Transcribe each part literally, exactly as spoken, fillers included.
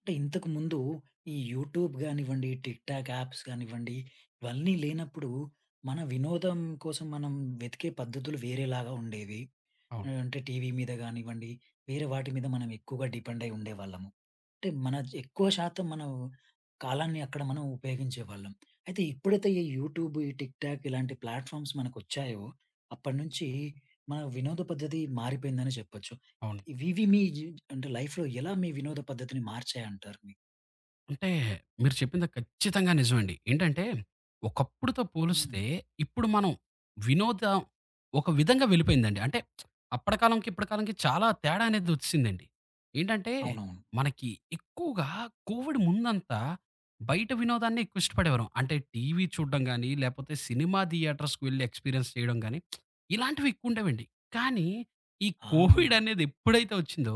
అంటే ఇంతకుముందు ఈ యూట్యూబ్ గానివ్వండి, టిక్‌టాక్ యాప్స్ గానివ్వండి, ఇవన్నీ లేనప్పుడు మన వినోదం కోసం మనం వెతికే పద్ధతులు వేరేలాగా ఉండేవి. అవును. ఆహ్, అంటే టీవీ మీద గానివ్వండి, వేరే వాటి మీద మనం ఎక్కువగా డిపెండ్ అయి ఉండేవాళ్ళము. అంటే మన ఎక్కువ శాతం మనం కాలాన్ని అక్కడ మనం ఉపయోగించేవాళ్ళం. అయితే ఎప్పుడైతే ఈ యూట్యూబ్, ఈ టిక్‌టాక్ ఇలాంటి ప్లాట్‌ఫార్మ్స్ మనకొచ్చాయో, అప్పటినుంచి మన వినోద పద్ధతి మారిపోయిందని చెప్పొచ్చు. అవును. ఇవి ఇవి మీ జీ అంటే లైఫ్‌లో ఎలా మీ వినోద పద్ధతిని మార్చాయంటారు మీరు? అంటే మీరు చెప్పింది ఖచ్చితంగా నిజమండి. ఏంటంటే ఒకప్పుడుతో హ్మ్. పోలిస్తే ఇప్పుడు మనం వినోదం ఒక విధంగా వెళ్ళిపోయిందండి. అంటే అప్పటి కాలంకి, ఇప్పటి కాలంకి చాలా తేడా అనేది ఒచ్చేసిందండి. ఏంటంటే అవునవును. మనకి ఎక్కువగా కోవిడ్ ముందంతా బయట వినోదాన్ని ఎక్కువ ఇష్టపడేవారం. అంటే టీవీ చూడడం గాని, లేపోతే సినిమా థియేటర్స్‌కి వెళ్లి ఎక్స్‌పీరియన్స్ చేయడం గాని, ఇలాంటివి ఎక్కువ ఉండేవండి. కానీ ఈ ఆ! కోవిడ్ అనేది ఎప్పుడైతే ఒచ్చిందో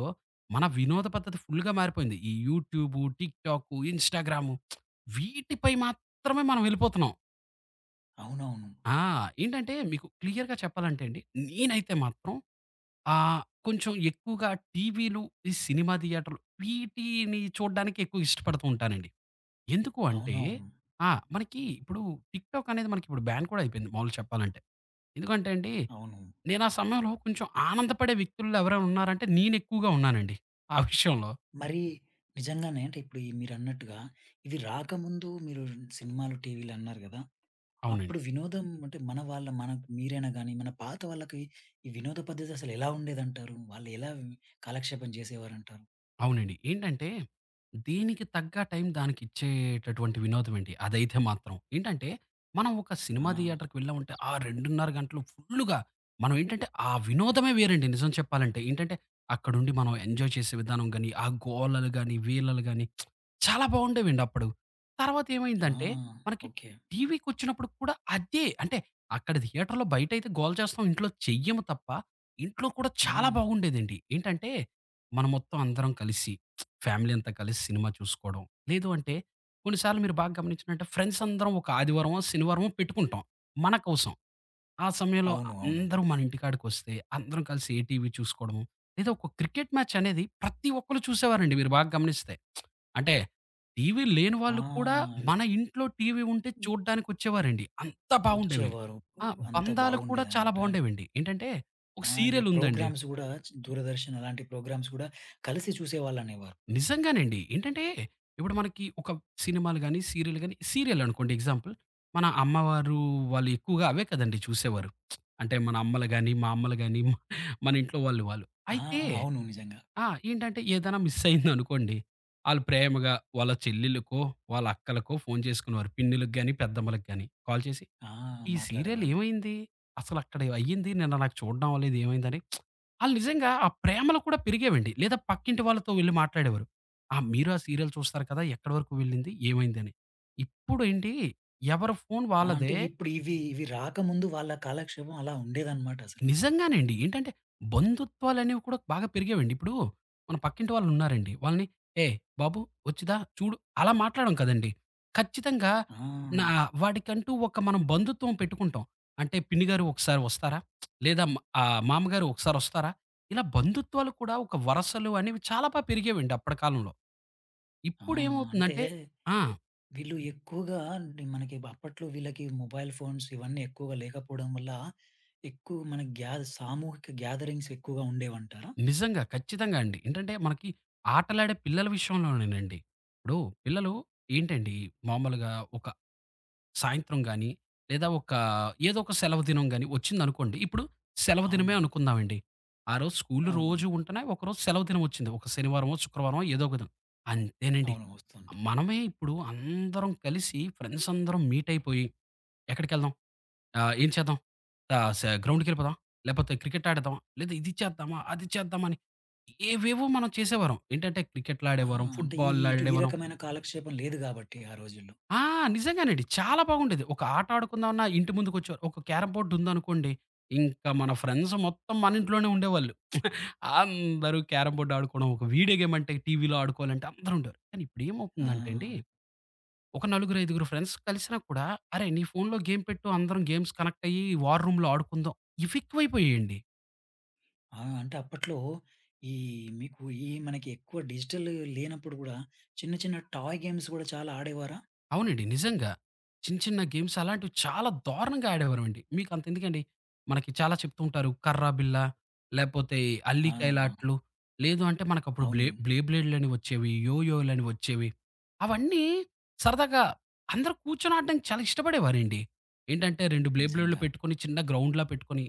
మన వినోద పద్ధతి ఫుల్‌గా మారిపోయింది. ఈ యూట్యూబు, టిక్‌టాకు, ఇన్‌స్టాగ్రాము వీటిపై మాత్రమే మనం వెళ్ళిపోతున్నాం. అవునవును. ఆ! ఏంటంటే మీకు క్లియర్‌గా చెప్పాలంటే అండి, నేనైతే మాత్రం ఆహ్, కొంచెం ఎక్కువగా టీవీలు, ఈ సినిమా థియేటర్లు వీటిని చూడ్డానికి ఎక్కువ ఇష్టపడుతూ ఉంటానండి. ఎందుకు అంటే అవునవును. ఆ! మనకి ఇప్పుడు టిక్‌టాక్ అనేది మనకి ఇప్పుడు బ్యాన్ కూడా అయిపోయింది మామూలుగా చెప్పాలంటే. ఎందుకంటే అండి, అవును. నేను ఆ సమయంలో కొంచెం ఆనందపడే వ్యక్తుల్లో ఎవరైనా ఉన్నారంటే నేను ఎక్కువగా ఉన్నానండి ఆ విషయంలో. మరి నిజంగానే అంటే ఇప్పుడు ఈ మీరన్నట్టుగా ఇవి రాకముందు మీరు సినిమాలు, టీవీలు అన్నారు గదా! అవునండి. అప్పుడు వినోదం అంటే మన వాళ్ళ మనకు మీరైనా గాని, మన పాత వాళ్ళకి ఈ వినోద పద్ధతి అసలు ఎలా ఉండేదంటారు? వాళ్ళు ఎలా కాలక్షేపం చేసేవారంటారు? అవునండి. ఏంటంటే, దీనికి తగ్గ టైం దానికిచ్చేటటువంటి వినోదం అండి. అదైతే మాత్రం. ఏంటంటే, మనం ఒక ఆ! సినిమా థియేటర్‌కి వెళ్ళామంటే, ఆ రెండున్నర గంటలు ఫుల్లుగా మనం ఏంటంటే, ఆ వినోదమే వేరండి నిజం చెప్పాలంటే. ఏంటంటే, అక్కడుండి మనం ఎంజాయ్ చేసే విధానం గాని, ఆ గోలలు గాని, వీలలు గాని చాలా బావుండేవండి అప్పుడు. తర్వాత ఆ! ఏమైందంటే, మనకి ఓకే. టీవీకొచ్చినప్పుడు కూడా అదే. అంటే, అక్కడ థియేటర్‌లో బయటైతే గోల చేస్తాం. ఇంట్లో చెయ్యము తప్ప, ఇంట్లో కూడా చాలా హ్మ్. బాగుండేదండి. ఏంటంటే మనం మొత్తం అందరం కలిసి ఫ్యామిలీ అంతా కలిసి సినిమా చూసుకోవడం. లేదు అంటే కొన్నిసార్లు మీరు బాగా గమనించినట్టే ఫ్రెండ్స్ అందరం ఒక ఆదివారమో, శనివారమో పెట్టుకుంటాం మన కోసం. ఆ సమయంలో అవును. అవును. అందరూ మన ఇంటికాడికొస్తే అందరం కలిసి ఈటీవీ చూసుకోవడము. లేదా ఒక క్రికెట్ మ్యాచ్ అనేది ప్రతి ఒక్కళ్ళు చూసేవారండి మీరు బాగా గమనిస్తే. అంటే టీవీ లేని వాళ్ళు కూడా ఆ! మన ఇంట్లో టీవీ ఉంటే చూడ్డానికొచ్చేవారండి. అంత బాగుండేవి. వచ్చేవారు. ఆ! అంత బంధాలు కూడా చాలా బాగుండేదన్నమాట. బాగుండేవండి. ఏంటంటే ఒక ఆ! ఈ సీరియల్ ఉందండి. ప్రోగ్రామ్స్ గూడా చ్ దూరదర్శన్ అలాంటి ప్రోగ్రామ్స్ గూడా కలిసి చూసేవాళ్ళనేవారు. నిజంగానండి. ఏంటంటే, ఇప్పుడు మనకి ఒక సినిమాలు గాని, సీరియల్ గాని సీరియల్ అనుకోండి ఎగ్జాంపుల్. మన అమ్మవారు వాళ్ళు ఎక్కువగా అవే కదండీ చూసేవారు. అంటే మన అమ్మలు గాని, మా అమ్మలు గాని, మన ఇంట్లో వాళ్ళు వాళ్ళు. ఆ! అయితే అవును నిజంగా. ఆ! ఏంటంటే ఏదైనా మిస్ అయిందనుకోండి, ఆళ్ళు ప్రేమగా వాళ్ళ చెల్లెళ్ళకో, వాళ్ళ అక్కలకో ఫోను చేసుకునేవారు. పిన్నిలకి గాని, పెద్దమ్మలకి గాని కాల్ చేసి ఆ! ఈ సీరియల్ మాట్లాడేవారు. ఏమైంది? అసలక్కడ అయ్యింది నిన్న నాకు చూడడం అవ్వలేదు ఏమైందని ఆళ్ళు నిజంగా ఆ ప్రేమలు కూడా పెరిగేవండి. లేదా పక్కింటి వాళ్ళతో వెళ్లి మాట్లాడేవారు. ఆ! మీరు ఆ సీరియల్ చూస్తారు కదా! ఎక్కడి వరకు వెళ్ళింది? ఏమైందని? ఇప్పుడేంటి ఎవరి ఫోను ఆ! వాళ్ళదే. అంటే ఇప్పుడు ఇవి ఇవి రాకముందు వాళ్ళ కాలక్షేపం అలా ఉండేదన్నమాట అసలు. నిజంగానండి. ఏంటంటే, బంధుత్వాలనేవి కూడా బాగా పెరిగేవండి. ఇప్పుడు మన పక్కింటి వాళ్ళున్నారండి. వాళ్ళని, "ఏయ్! బాబు వచ్చిదా చూడు" అలా మాట్లాడం కదండీ. ఖచ్చితంగా ఆ! నా వాడికంటూ ఒక మనం బంధుత్వం పెట్టుకుంటాం. అంటే పిన్ని గారు ఒకసారి వస్తారా? లేదా మ ఆహ్, మామగారు ఒకసారొస్తారా? ఇలా బంధుత్వాలు కూడా ఒక వరసలు అనేవి చాలా బా పెరిగేవండి అప్పటి కాలంలో. ఆ! అంటే ఇప్పుడేమవుతుందంటే ఆ! వీళ్ళు ఎక్కువగా ని మనకి అప్పట్లో వీళ్ళకి మొబైల్ ఫోన్స్ ఇవన్నీ ఎక్కువగా లేకపోవడం వల్ల ఎక్కువ మన గ్యా సామూహిక గ్యాదరింగ్స్ ఎక్కువగా ఉండేవంటారా? నిజంగా. ఖచ్చితంగా అండి. ఏంటంటే మనకి ఆటలాడే పిల్లల విషయంలోనేనండి. ఇప్పుడు పిల్లలు ఏంటండి మామూలుగా ఒక సాయంత్రం గాని, లేదా ఒక ఏదో ఒక సెలవు దినం గాని వచ్చిందనుకోండి. ఇప్పుడు సెలవు దినమే అవును. అనుకుందామండి. ఆ రోజు స్కూల్‌లు అవును. రోజు ఉంటున్నాయి. ఒకరోజు సెలవు దినం వచ్చింది. ఒక శనివారమో, శుక్రవారమో ఏదో ఒక దినం. అంతేనండి. అవును. వస్తుంటాయి. మనమే ఇప్పుడు అందరం కలిసి ఫ్రెండ్స్ అందరం మీట్ అయిపోయి ఎక్కడికెళ్దాం? ఆ! ఏం చేద్దాం? ఆహ్, స గ్రౌండ్‌కెళ్ళిపోదామా? లేపోతే క్రికెట్ ఆడేద్దామా? లేదా ఇది చేద్దామా? అది చేద్దామా? అని ఏవేవో మనం చేసేవారం. ఏంటంటే ఆ! క్రికెట్‌లాడేవారం, అంటే ఈ ఇటు ఈ ఫుట్‌బాల్‌లాడేవారం. రకమైన కాలక్షేపం లేదు గాబట్టి ఆ రోజుల్లో. ఆ! నిజంగానండి. చాలా బాగుండేది. ఒక ఆట ఆడుకుందామన్నా ఇంటి ముందుకొచ్చేవారు. ఒక క్యారమ్ బోర్డ్ ఉందనుకోండి, ఇంకా మన ఫ్రెండ్స్ మొత్తం మన ఇంట్లోనే ఉండేవాళ్ళు. అందరూ క్యారమ్ బోర్డ్ ఆడుకోవడం, ఒక వీడియో గేమ్ అంటే టీవీలో ఆడుకోవాలంటే అందరూ ఉండేవారు. కానీ ఆ! ఇప్పుడేమవుతుందంటే అండి, ఒక నలుగురు, ఐదుగురు ఫ్రెండ్స్ కలిసినా కూడా, "అరేయ్! నీ ఫోన్‌లో గేమ్ పెట్టు అందరం గేమ్స్ కనెక్ట్ అయ్యి వార్ రూమ్‌లో ఆడుకుందాం." ఇవి ఎక్కువైపోయాయండి. ఆ! అంటే అప్పట్లో ఈ మీకు ఈ మనకి ఎక్కువ డిజిటల్ లేనప్పుడు గూడా చిన్న చిన్న టాయ్ గేమ్స్ గూడా చాలా ఆడేవారా? అవునండి. నిజంగా. చిన్న చిన్న గేమ్స్ అలాంటివి చాలా దారుణంగా ఆడేవారమండి. మీకు అంతెందుకండి, మనకి చాలా చెప్తూ ఉంటారు. కర్రా బిల్ల, లేపోతే ఆ! అల్లికాయలాట్లు, లేదు అంటే మనకప్పుడు బ్లే అవును. బ్లే బ్లేడ్‌లని వచ్చేవి, యోయోలని వచ్చేవి. అవన్నీ సరదాగా అందరూ కూర్చొని ఆడడానికి చాలా ఇష్టపడేవారండి. ఏంటంటే రెండు బ్లే బ్లేడ్‌లు నిజంగా. పెట్టుకొని చిన్న గ్రౌండ్‌లా పెట్టుకొని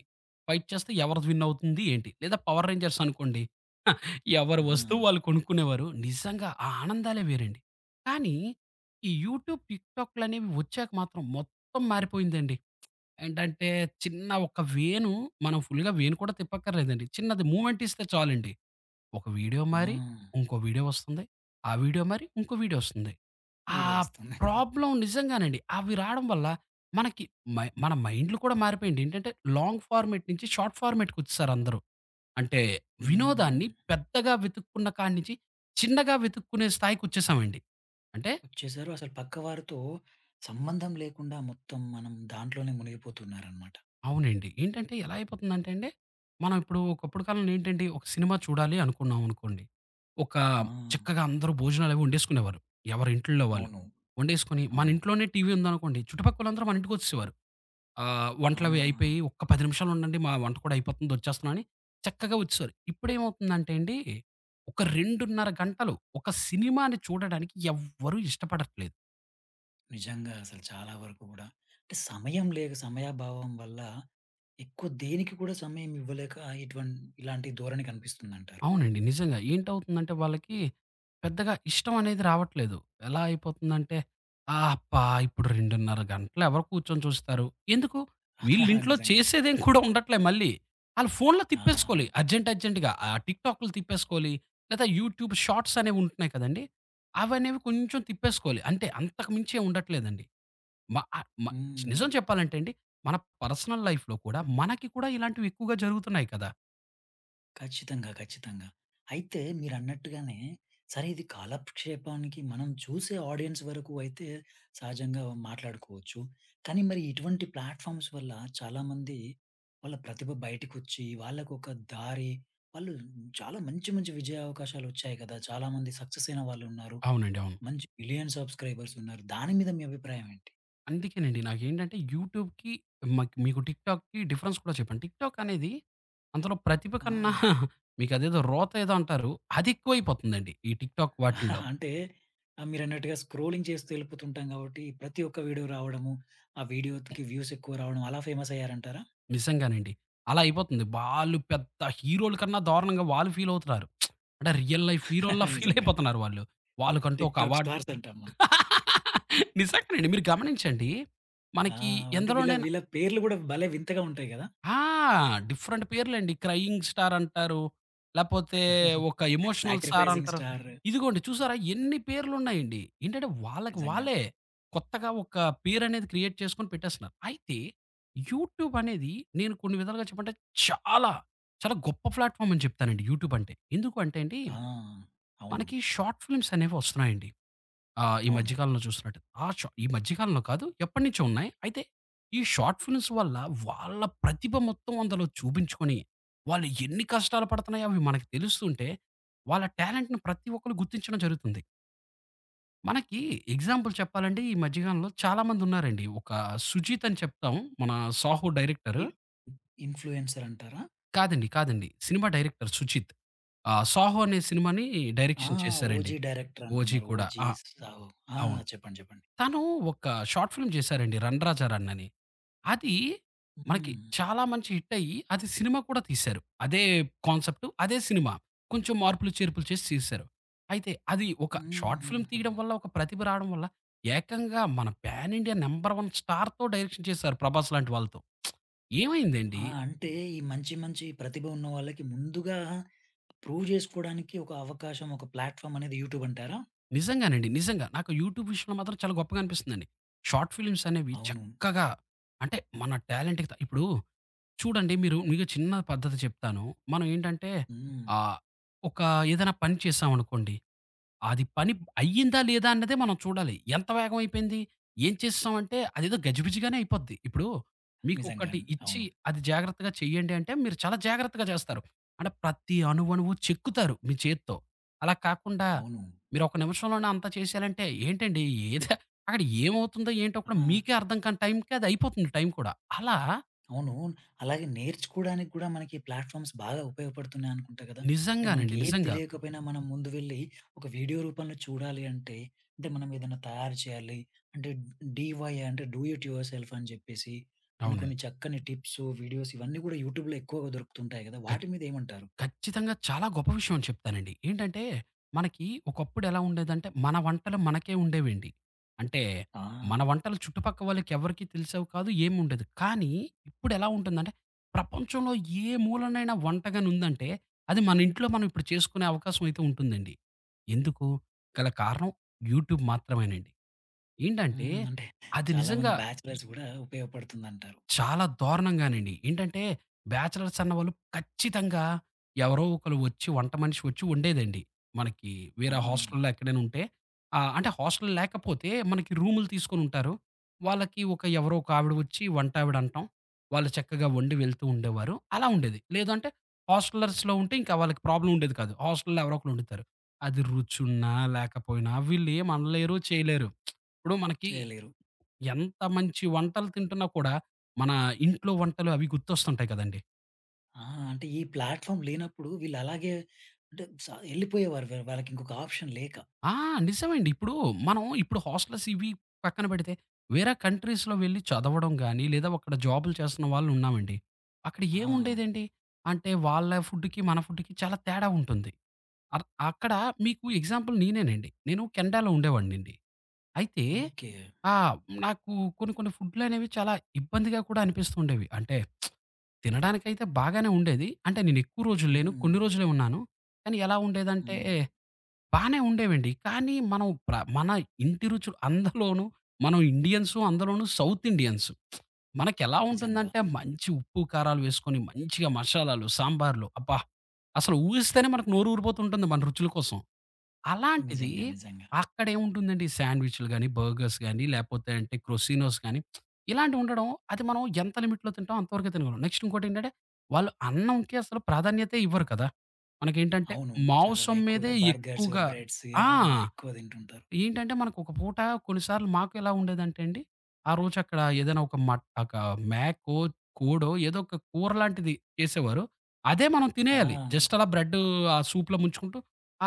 ఫైట్ చేస్తే ఎవరిది విన్ అవుతుంది ఏంటి? లేదా పవర్ రేంజర్స్ అనుకోండి. ఎవరి వస్తువు ఆ! వాళ్ళు కొనుక్కునేవారు. నిజంగా ఆ ఆనందాలే వేరండి. కానీ ఈ యూట్యూబ్, టిక్‌టాక్‌లనేవి వచ్చాక మాత్రం మొత్తం మారిపోయిందండి. ఏంటంటే చిన్న ఒక వేణు మనం ఫుల్‌గా వేణు కూడా తిప్పక్కర్లేదండి. చిన్నది మూవ్‌మెంట్ ఇస్తే చాలండి. ఒక వీడియో ఆ! మారి, ఇంకో వీడియో వస్తుంది. ఆ వీడియో మారి, ఇంకో వీడియో వస్తుంది. ఆ వీడియో వస్తుంది. ప్రాబ్లమ్ నిజంగానండి. అవి రాడం వల్ల మనకి మై మన మైండ్‌లు కూడా మారిపోయాయండి. ఏంటంటే లాంగ్ ఫార్మాట్ నుంచి షార్ట్ ఫార్మాట్‌కొచ్చేసారు అందరూ. అంటే వినోదాన్ని హ్మ్. పెద్దగా వెతుక్కున్న కాడి నుంచి చిన్నగా వెతుక్కునే స్థాయికొచ్చేసామండి. అంటే వచ్చేసారు. అసలు పక్కవారితో సంబంధం లేకుండా మొత్తం మనం దాంట్లోనే మునిగిపోతున్నారనమాట. అవునండి. ఏంటంటే ఎలా అయిపోతుందంటే అండి, మనం ఇప్పుడు ఒకప్పుడు కాలంలో ఏంటండి, ఒక సినిమా చూడాలి అనుకున్నాం అనుకోండి. ఒక ఆ! చక్కగా అందరూ భోజనాలవి వండేసుకునేవారు. ఎవరి ఇంట్లో వాళ్ళు. అవును. వండేసుకొని మన అవును. ఇంట్లోనే టీవీ ఉందనుకోండి, చుట్టుపక్కలోళ్ళందరూ మన ఇంటికొచ్చేసేవారు. ఆహ్, వంటలవి అయిపోయి, ఆ! "ఒక్క పది నిమిషాలుండండి, మా వంట కూడా అయిపోతుంది వచ్చేస్తున్నాను" అని చక్కగా వచ్చేసారు. ఇప్పుడేమవుతుందంటే అండి, ఒక రెండున్నర గంటలు ఒక సినిమాని చూడడానికి ఎవ్వరూ ఇష్టపడట్లేదు. నిజంగా అసలు చాలా వరకు గూడా. అంటే సమయం లేక సమయాభావం వల్ల ఎక్కువ దేనికి కూడా సమయం ఇవ్వలేక ఇటువన్ ఇలాంటి ధోరణి కనిపిస్తుందంటారు. అవునండి. నిజంగా. ఏంటవుతుందంటే వాళ్ళకి పెద్దగా ఇష్టం అనేది రావట్లేదు. ఎలా అయిపోతుందంటే, ఆ! అబ్బా! ఇప్పుడు రెండున్నర గంటలు ఎవరు కూర్చొని చూస్తారు? ఎందుకు? వీళ్ళింట్లో నిజంగా. చేసేదేం కూడా ఉండట్లే మళ్ళీ. ఆళ్ళు ఫోన్‌లో ఆ! తిప్పేసుకోలి అర్జెంట్ అర్జెంట్‌గా. ఆ టిక్‌టాక్‌లు తిప్పేసుకోలి. లేదా యూట్యూబ్ షార్ట్స్ అనేవి ఉంటున్నాయి కదండీ! అవనేవి కొంచెం తిప్పేసుకోలి. అంతే అంతకు మించి ఏం ఉండట్లేదండి. మ ఆహ్, మ హ్మ్. నిజం చెప్పాలంటే అండి, మన పర్సనల్ లైఫ్‌లో కూడా మనకి కూడా ఇలాంటివి ఎక్కువగా జరుగుతున్నాయి కదా! ఖచ్చితంగా. ఖచ్చితంగా. అయితే మీరన్నట్టుగానే సరే ఇది కాలక్షేపానికి మనం చూసే ఆడియన్స్ వరకు అయితే సహజంగా మాట్లాడుకోవచ్చు. కానీ మరి ఇటువంటి ప్లాట్‌ఫార్మ్స్ వల్ల చాలామంది వాళ్ళ ప్రతిభ బయటికొచ్చి వాళ్ళకొక దారి వాళ్ళు చాలా మంచి మంచి విజయావకాశాలొచ్చాయి కదా! చాలామంది సక్సెస్ అయిన వాళ్ళున్నారు. అవునండి. అవును. మంచి మిలియన్స్ సబ్‌స్క్రైబర్స్ ఉన్నారు. దాని మీద మీ అభిప్రాయం ఏంటి? అందుకేనండి. నాకేంటంటే యూట్యూబ్‌కి మాక్ మీకు టిక్‌టాక్‌కి డిఫరెన్స్ కూడా చెప్పాను. టిక్‌టాక్ అనేది అందులో ప్రతిభ ఆ! కన్నా మీకదేదో రోత ఏదో అంటారు. అది ఎక్కువైపోతుందండి. ఈ టిక్‌టాక్ వాటిల్లో. అంటే ఆహ్, మీరన్నట్టుగా స్క్రోలింగ్ చేస్తూ వెళ్ళిపోతుంటాం కాబట్టి, ప్రతి ఒక్క వీడియో రావడము, ఆ వీడియోకి వ్యూస్ ఎక్కువ రావడం అలా ఫేమస్ అయ్యారంటారా? నిజంగానండి. అలా అయిపోతుంది. వాళ్ళు పెద్ద హీరోల కన్నా దారుణంగా వాళ్ళు ఫీల్ అవుతున్నారు. అంటే రియల్ లైఫ్ హీరోల్లా ఫీల్ నిజంగా. అయిపోతున్నారు వాళ్ళు. వాళ్ళకంటూ ఒక టిక్‌టాక్ అవార్డ్ స్టార్స్ అంటాం మనం. నిజంగానండి. మీరు గమనించండి. ఆ! మనకి అంటే వీళ్ళ ఎందులోనైనా వీళ్ళ పేర్లు గూడా భలే వింతగా ఉంటాయి గదా! ఆ! డిఫరెంట్ పేర్లండి. 'క్రయింగ్ స్టార్' అంటారు. లేపోతే ఒక ఎమోషనల్ స్టార్ సాక్రిఫైసింగ్ అంటారు. స్టార్ ఇదిగోండి చూసారా ఎన్ని పేర్లున్నాయండి. ఏంటంటే వాళ్ళకి నిజంగా. వాళ్ళే కొత్తగా ఒక పేరనేది క్రియేట్ చేసుకొని పెట్టేస్తున్నారు. అయితే యూట్యూబ్ అనేది నేను కొన్ని విధాలుగా చెప్పంటే చాలా, చాలా గొప్ప ప్లాట్‌ఫార్మ్ అని చెప్తానండి యూట్యూబ్ అంటే. ఎందుకు అంటే అండి ఆ! అవును. మనకి షార్ట్ ఫిల్మ్స్ అనేవి వస్తున్నాయండి. ఆ! ఈ మధ్య అవును. కాలంలో చూస్తున్నట్టు. ఆ షా ఈ మధ్య కాలంలో కాదు ఎప్పటినుంచో ఉన్నాయి. అయితే ఈ షార్ట్ ఫిల్మ్స్ వల్ల వాళ్ళ ప్రతిభ మొత్తం అందులో చూపించుకొని, వాళ్ళు ఎన్ని కష్టాలు పడుతున్నాయో అవి మనకు తెలుస్తుంటే, వాళ్ళ టాలెంట్‌ని ప్రతి ఒక్కళ్ళు గుర్తించడం జరుగుతుంది. మనకి ఎగ్జాంపుల్ చెప్పాలంటే ఈ మధ్య కాలంలో చాలామంది ఉన్నారండి. ఒక 'సుజీత్' అని చెప్తాం. మన 'సాహో' డైరెక్టర్. ఇ ఇన్‌ఫ్లూయెన్సర్ అంటారా? కాదండి. కాదండి. సినిమా డైరెక్టర్ 'సుజిత్.' ఆహ్, 'సాహో' అనే సినిమాని ఆ! డైరెక్షన్ చేశారండి. ఓజీ డైరెక్టర్ 'ఓజీ' అంటున్నారు. కూడా. ఓజీ ఆ! సాహో. ఆ! అవును. చెప్పండి. చెప్పండి. తను ఒక షార్ట్ ఫిల్మ్ చేశారండి 'రన్ రాజా రన్' అని. అది మనకి హ్మ్. చాలా మంచి హిట్ అయ్యి, అది సినిమా కూడా తీశారు. అదే కాన్సెప్ట్, అదే సినిమా. కొంచెం మార్పులు, చేర్పులు చేసి తీశారు. అయితే అది ఒక షార్ట్ ఫిల్మ్ హుహుహు. తీయడం వల్ల, ఒక ప్రతిభ రావడం వల్ల ఏకంగా మన పాన్ ఇండియా నంబర్ వన్ స్టార్‌తో డైరెక్షన్ చేశారు 'ప్రభాస్' లాంటి వాళ్ళతో. ఏమైందండి ఆ! అంటే ఈ మంచి, మంచి ప్రతిభ ఉన్న వాళ్ళకి ముందుగా ప్రూవ్ జేసుకోవడానికి ఒక అవకాశం, ఒక ప్లాట్‌ఫార్మ్ అనేది యూట్యూబ్ అంటారా? నిజంగానండి, నిజంగా నాకు యూట్యూబ్ విషయంలో మాత్రం చాలా గొప్పగా అనిపిస్తుందండి. షార్ట్ ఫిల్మ్స్ అనేవి అవును. చక్కగా అంటే మన టాలెంట్‌కి త ఇప్పుడు చూడండి మీరు మీకు చిన్న పద్ధతి చెప్తాను. మనం ఏంటంటే హ్మ్. ఆహ్, ఒక ఏదైనా పని చేశామనుకోండి. అది పని అయ్యిందా లేదా అన్నదే మనం చూడాలి. ఎంత వేగం అయిపోయింది? ఏం చేసేసామంటే అదేదో గజిబిజిగానే అయిపోద్ది. ఇప్పుడు మీకొకటి నిజంగానే. ఇచ్చి అవును. అది జాగ్రత్తగా చెయ్యండి అంటే మీరు చాలా జాగ్రత్తగా చేస్తారు. అంటే ప్రతి అణువణువు చెక్కుతారు మీ చేత్తో. అలా కాకుండా అవును. మీరు ఒక నిమిషంలోనే అంతా చేసేయాలంటే ఏంటండి ఏదో అక్కడ ఏమవుతుందో ఏంటో కూడా ఆ! మీకే అర్థం కాని టైంకి అది అయిపోతుంది టైం కూడా. అలా అవును. అలాగే నేర్చుకోడానికి కూడా మనకి ప్లాట్‌ఫార్మ్స్ బాగా ఉపయోగపడుతున్నాయి అనుకుంటా కదా! అంటే మనకి నిజంగానండి. ఏది నిజంగా. తెలియకపోయినా మనం ముందు వెళ్లి ఒక వీడియో రూపంలో చూడాలి అంటే, అంటే మనం ఏదైనా తయారు చేయాలి అంటే డీవై అంటే డూ ఇట్ యువర్ సెల్ఫ్ అని చెప్పేసి కొన్ని అవునండి. కొన్ని చక్కని టిప్స్, వీడియోస్ ఇవన్నీ కూడా యూట్యూబ్‌లో ఎక్కువగా దొరుకుతుంటాయి కదా! ఖ వాటి మీద ఏమంటారు? ఖచ్చితంగా చాలా గొప్ప విషయం చెప్తానండి. ఏంటంటే, మనకి ఒకప్పుడు ఎలా ఉండేదంటే, మన వంటలు మనకే ఉండేవండి. అంటే, ఆ! మన వంటలు చుట్టుపక్క వాళ్ళకెవ్వరికీ తెలిసేవి కాదు, ఏముండేదు. కానీ, ఇప్పుడెలా ఉంటుందంటే, ప్రపంచంలో ఏ మూలనైనా వంట గానుందంటే, అది మన ఇంట్లో మనం ఇప్పుడు చేసుకునే అవకాశం అయితే ఉంటుందండి. ఎందుకు? గల కారణం యూట్యూబ్ మాత్రమేనండి. ఏంటంటే, హ్మ్. అంటే అది చాలామంది నిజంగా బ్యాచిలర్స్ కూడా ఉపయోగపడుతుందంటారు. చాలా దారుణంగానండి. ఏంటంటే బ్యాచిలర్స్ అన్నవాళ్ళు ఖచ్చితంగా ఎవరో ఒకళ్ళు వచ్చి వంట మనిషి వచ్చి వండేదండి. మనకి ఆ! వేరే హాస్టల్‌లో ఎక్కడైనా ఉంటే ఆహ్, అంటే హాస్టల్ లేకపోతే మనకి రూములు తీసుకొనుంటారు. వాళ్ళకి ఒక ఎవరో ఒక ఆవిడ వచ్చి వంటావిడ అంటాం. వాళ్ళు చక్కగా వండి వెళ్తూ ఉండేవారు. అలా ఉండేది. లేదంటే హాస్టలర్స్‌లో ఉంటే ఇంకా వాళ్ళకి ప్రాబ్లమ్ ఉండేది కాదు. హాస్టల్‌లో ఎవరో ఒకళ్ళు వండుతారు. అది రుచున్నా లేకపోయినా వీళ్ళేమనలేరు చేయలేరు. ఇప్పుడు మనకి చేయలేరు. ఎంత మంచి వంటలు తింటున్నా కూడా, మన ఇంట్లో వంటలు అవి గుర్తొస్తుంటాయి కదండీ! ఆ! అంటే ఈ ప్లాట్‌ఫార్మ్ లేనప్పుడు వీళ్ళలాగే అంటే స ఎళ్ళిపోయేవారు. వ వాళ్ళకి ఇంకొక ఆప్షన్ లేక. ఆ! నిజమండి. ఇప్పుడు మనం ఇప్పుడు హాస్టల్స్ ఇవి పక్కన పెడితే, వేరే కంట్రీస్‌లో వెళ్లి చదవడం గాని, లేదా అక్కడ జాబులు చేస్తున్న వాళ్ళు ఉన్నామండి. అక్కడ ఆ! ఏముండేదండి? అంటే వాళ్ళ ఫుడ్‌కి, మన ఫుడ్‌కి చాలా తేడా ఉంటుంది. అర్ అక్కడ మీకు ఎగ్జాంపుల్ నేనేనండి. నేను కెనడాలో ఉండేవాడినండి. అయితే ఓకే. ఆ! నాకు కొన్ని కొన్ని ఫుడ్‌లనేవి చాలా ఇబ్బందిగా కూడా అనిపిస్తూ ఉండేవి. అంటే తినడానికైతే బాగానే ఉండేది. అంటే నేనెక్కువ రోజులు లేను. కొన్ని హ్మ్. రోజులే ఉన్నాను. కానీ ఎలా ఉండేదంటే హ్మ్. బానే ఉండేవండి. కానీ మనం ప్ర మన ఇంటి రుచులు అందులోనూ మనం ఇండియన్సు, అందులోనూ సౌత్ ఇండియన్స్. మనకెలా నిజంగా. ఉంటుందంటే మంచి ఉప్పు, కారాలు వేసుకొని మంచిగా మసాలాలు, సాంబార్లు అబ్బా! అసలు ఊహిస్తేనే మనకు నోరు ఊరిపోతూ ఉంటుంది మన రుచుల కోసం. అలాంటిది నిజంగా. నిజంగా. అక్కడేముంటుందండి శాండ్‌విచ్‌లు గాని, బర్గర్స్ గాని, లేపోతే అంటే క్రోసినోస్ గాని, ఇలాంటివి ఉండడం అది మనం ఎంత లిమిట్‌లో తింటామో అంతవరకే తినగలం. నెక్స్ట్ ఇంకోటేంటంటే, వాళ్ళు అన్నంకి అసలు ప్రాధాన్యతే ఇవ్వరు కదా! మనకేంటంటే అవును. చాలా మాంసం ఎక్కువగా మీదే బర్గర్స్, ఎక్కువగా బ్రెడ్స్ ఆ! ఆ! ఎక్కువ తింటుంటారు. ఏంటంటే మనకొక పూట కొన్నిసార్లు మాకు ఎలా ఉండేదంటే అండి, ఆ రోజు అక్కడ ఏదైనా ఒక మట్ ఒక మేకో, కోడో ఏదో ఒక కూర లాంటిది చేసేవారు. అదే మనం ఆ! తినేయాలి. జస్ట్ అలా బ్రెడ్డు ఆ సూప్‌లో ముంచుకుంటూ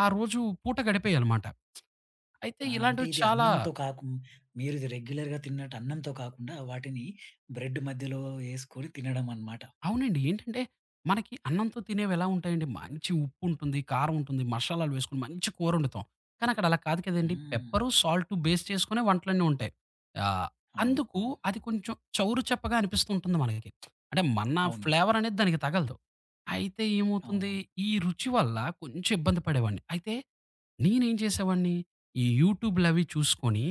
ఆ రోజు పూట గడిపేయాలమాట. అయితే ఆ! అంటే ఇలాంటివి ఇది చాలా అన్నంతో కాకుం మీరు ఇది రెగ్యులర్‌గా తిన్నట్టు అన్నంతో కాకుండా వాటిని బ్రెడ్ మధ్యలో యేసుకొని తినడం అన్నమాట. అవునండి. ఏంటంటే, మనకి అన్నంతో తినేవెలా ఉంటాయండి, మంచి ఉప్పుంటుంది, కారం ఉంటుంది, మషాలాలు వేసుకొని మంచి కూరొండుతాం. కానీ అక్కడ అలా కాదు కదండీ. హ్మ్. పెప్పరు, సాల్టు బేస్ చేసుకునే వంటలన్నీ ఉంటాయి. ఆహ్, అవును. అందుకు అవును. అది కొంచెం చౌరు చెప్పగా అనిపిస్తూ ఉంటుంది మనకి. అంటే, మన అవును. ఫ్లేవరనేది దానికి తగలదు. అయితే ఏమవుతుంది, అవును. ఈ రుచి వల్ల కొంచెం ఇబ్బంది పడేవాడిని. అయితే నేనేం చేసేవాడిని, ఈ యూట్యూబ్‌లవి చూసుకొని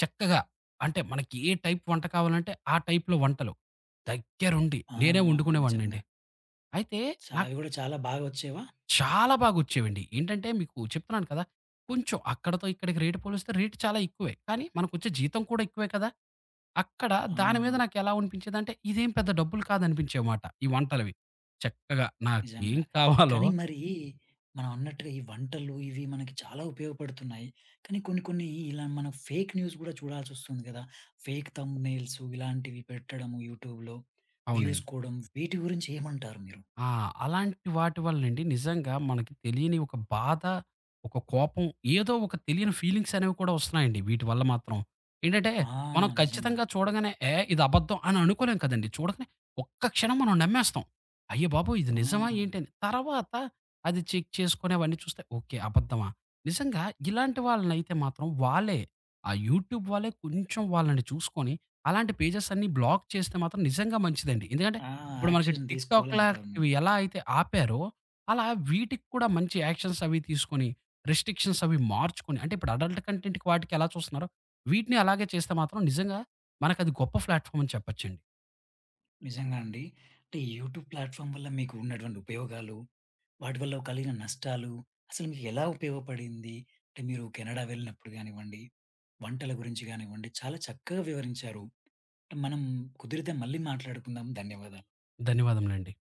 చక్కగా అంటే మనకి ఏ టైప్ వంట కావాలంటే ఆ టైప్‌లో వంటలు దగ్గరుండి ఆ! నేనే నిజంగా. వండుకునేవాడినండి. అయితే చా నాకు అవి గూడా చాలా బాగా వచ్చేవా? చాలా బాగొచ్చేవండి. ఏంటంటే మీకు చెప్తున్నాను కదా! కొంచెం అక్కడితో ఇక్కడికి రేటు పోలిస్తే రేటు చాలా ఎక్కువే. కానీ మనకొచ్చే జీతం కూడా ఎక్కువే కదా! అక్కడ ఆ! దాని మీద నాకెలా అనిపించేదంటే ఇదేం పెద్ద డబ్బులు కాదనిపించేవిమాట ఈ వంటలవి. చక్కగా నాకేం నిజంగా. కావాలో కానీ మరి మనం అన్నట్టుగా ఈ వంటలు ఇవి మనకి చాలా ఉపయోగపడుతున్నాయి. కానీ కొన్ని కొన్ని ఇలా మనం ఫేక్ న్యూస్ గూడా చూడాల్సొస్తుంది గదా! ఫేక్ థంబ్‌నెయిల్స్ ఇలాంటివి పెట్టడము యూట్యూబ్‌లో వ్యూస్ అవునండి. కోవడం వీటి గురించి ఏమంటారు మీరు? ఆ! అలాంటి వాటి వల్లండి నిజంగా మనకి తెలియని ఒక బాధ, ఒక కోపం, ఏదో ఒక తెలియని ఫీలింగ్స్ అనేవి కూడా వస్తున్నాయండి వీటి వల్ల మాత్రం. ఏంటంటే, ఆ! మనం నిజంగా. ఖచ్చితంగా చూడగానే ఏ ఇది అబద్ధం అని అనుకోలేం కదండీ. చూడగానే ఒక్క క్షణం మనం నమ్మేస్తాం. అయ్యబాబోయ్! ఇది నిజమా ఏంటి ఆ! అని. తర్వాత అది చెక్ చేసుకొని అవన్నీ చూస్తే ఓకే. అబద్ధమా? నిజంగా ఇలాంటి వాళ్ళనైతే మాత్రం వాళ్ళే ఆ యూట్యూబ్ వాళ్ళే కొంచెం వాళ్ళని చూసుకొని అలాంటి పేజెస్ అన్నీ బ్లాక్ చేస్తే మాత్రం నిజంగా మంచిదండి. ఎందుకంటే ఆ! ఇప్పుడు మనకి యాక్షన్ టిక్‌టాక్ తీసుకోవాలంటారు మీరు. లాంటివి ఎలా అయితే ఆపారో, అలా వీటికి కూడా మంచి యాక్షన్స్ అవి తీసుకొని, రిస్ట్రిక్షన్స్ అవి మార్చుకొని, అంటే ఇప్పుడు అడల్ట్ కంటెంట్‌కి వాటికి ఎలా చూస్తున్నారో, వీటిని అలాగే చేస్తే మాత్రం నిజంగా మనకది గొప్ప ప్లాట్‌ఫార్మ్ అని చెప్పొచ్చండి. నిజంగా అండి. అంటే ఈ యూట్యూబ్ ప్లాట్‌ఫార్మ్ వల్ల మీకు ఉన్నటువంటి ఉపయోగాలు వాటి వల్ల కలిగిన నష్టాలు, అసలు మీకెలా ఉపయోగపడింది? అంటే మీరు కెనడా వెళ్ళినప్పుడు గానివ్వండి, వంటల గురించి గానివ్వండి, చాలా చక్కగా వివరించారు. మనం కుదిరితే మళ్ళీ మాట్లాడుకుందాం. ధన్యవాదాలు. ధన్యవాదములండి.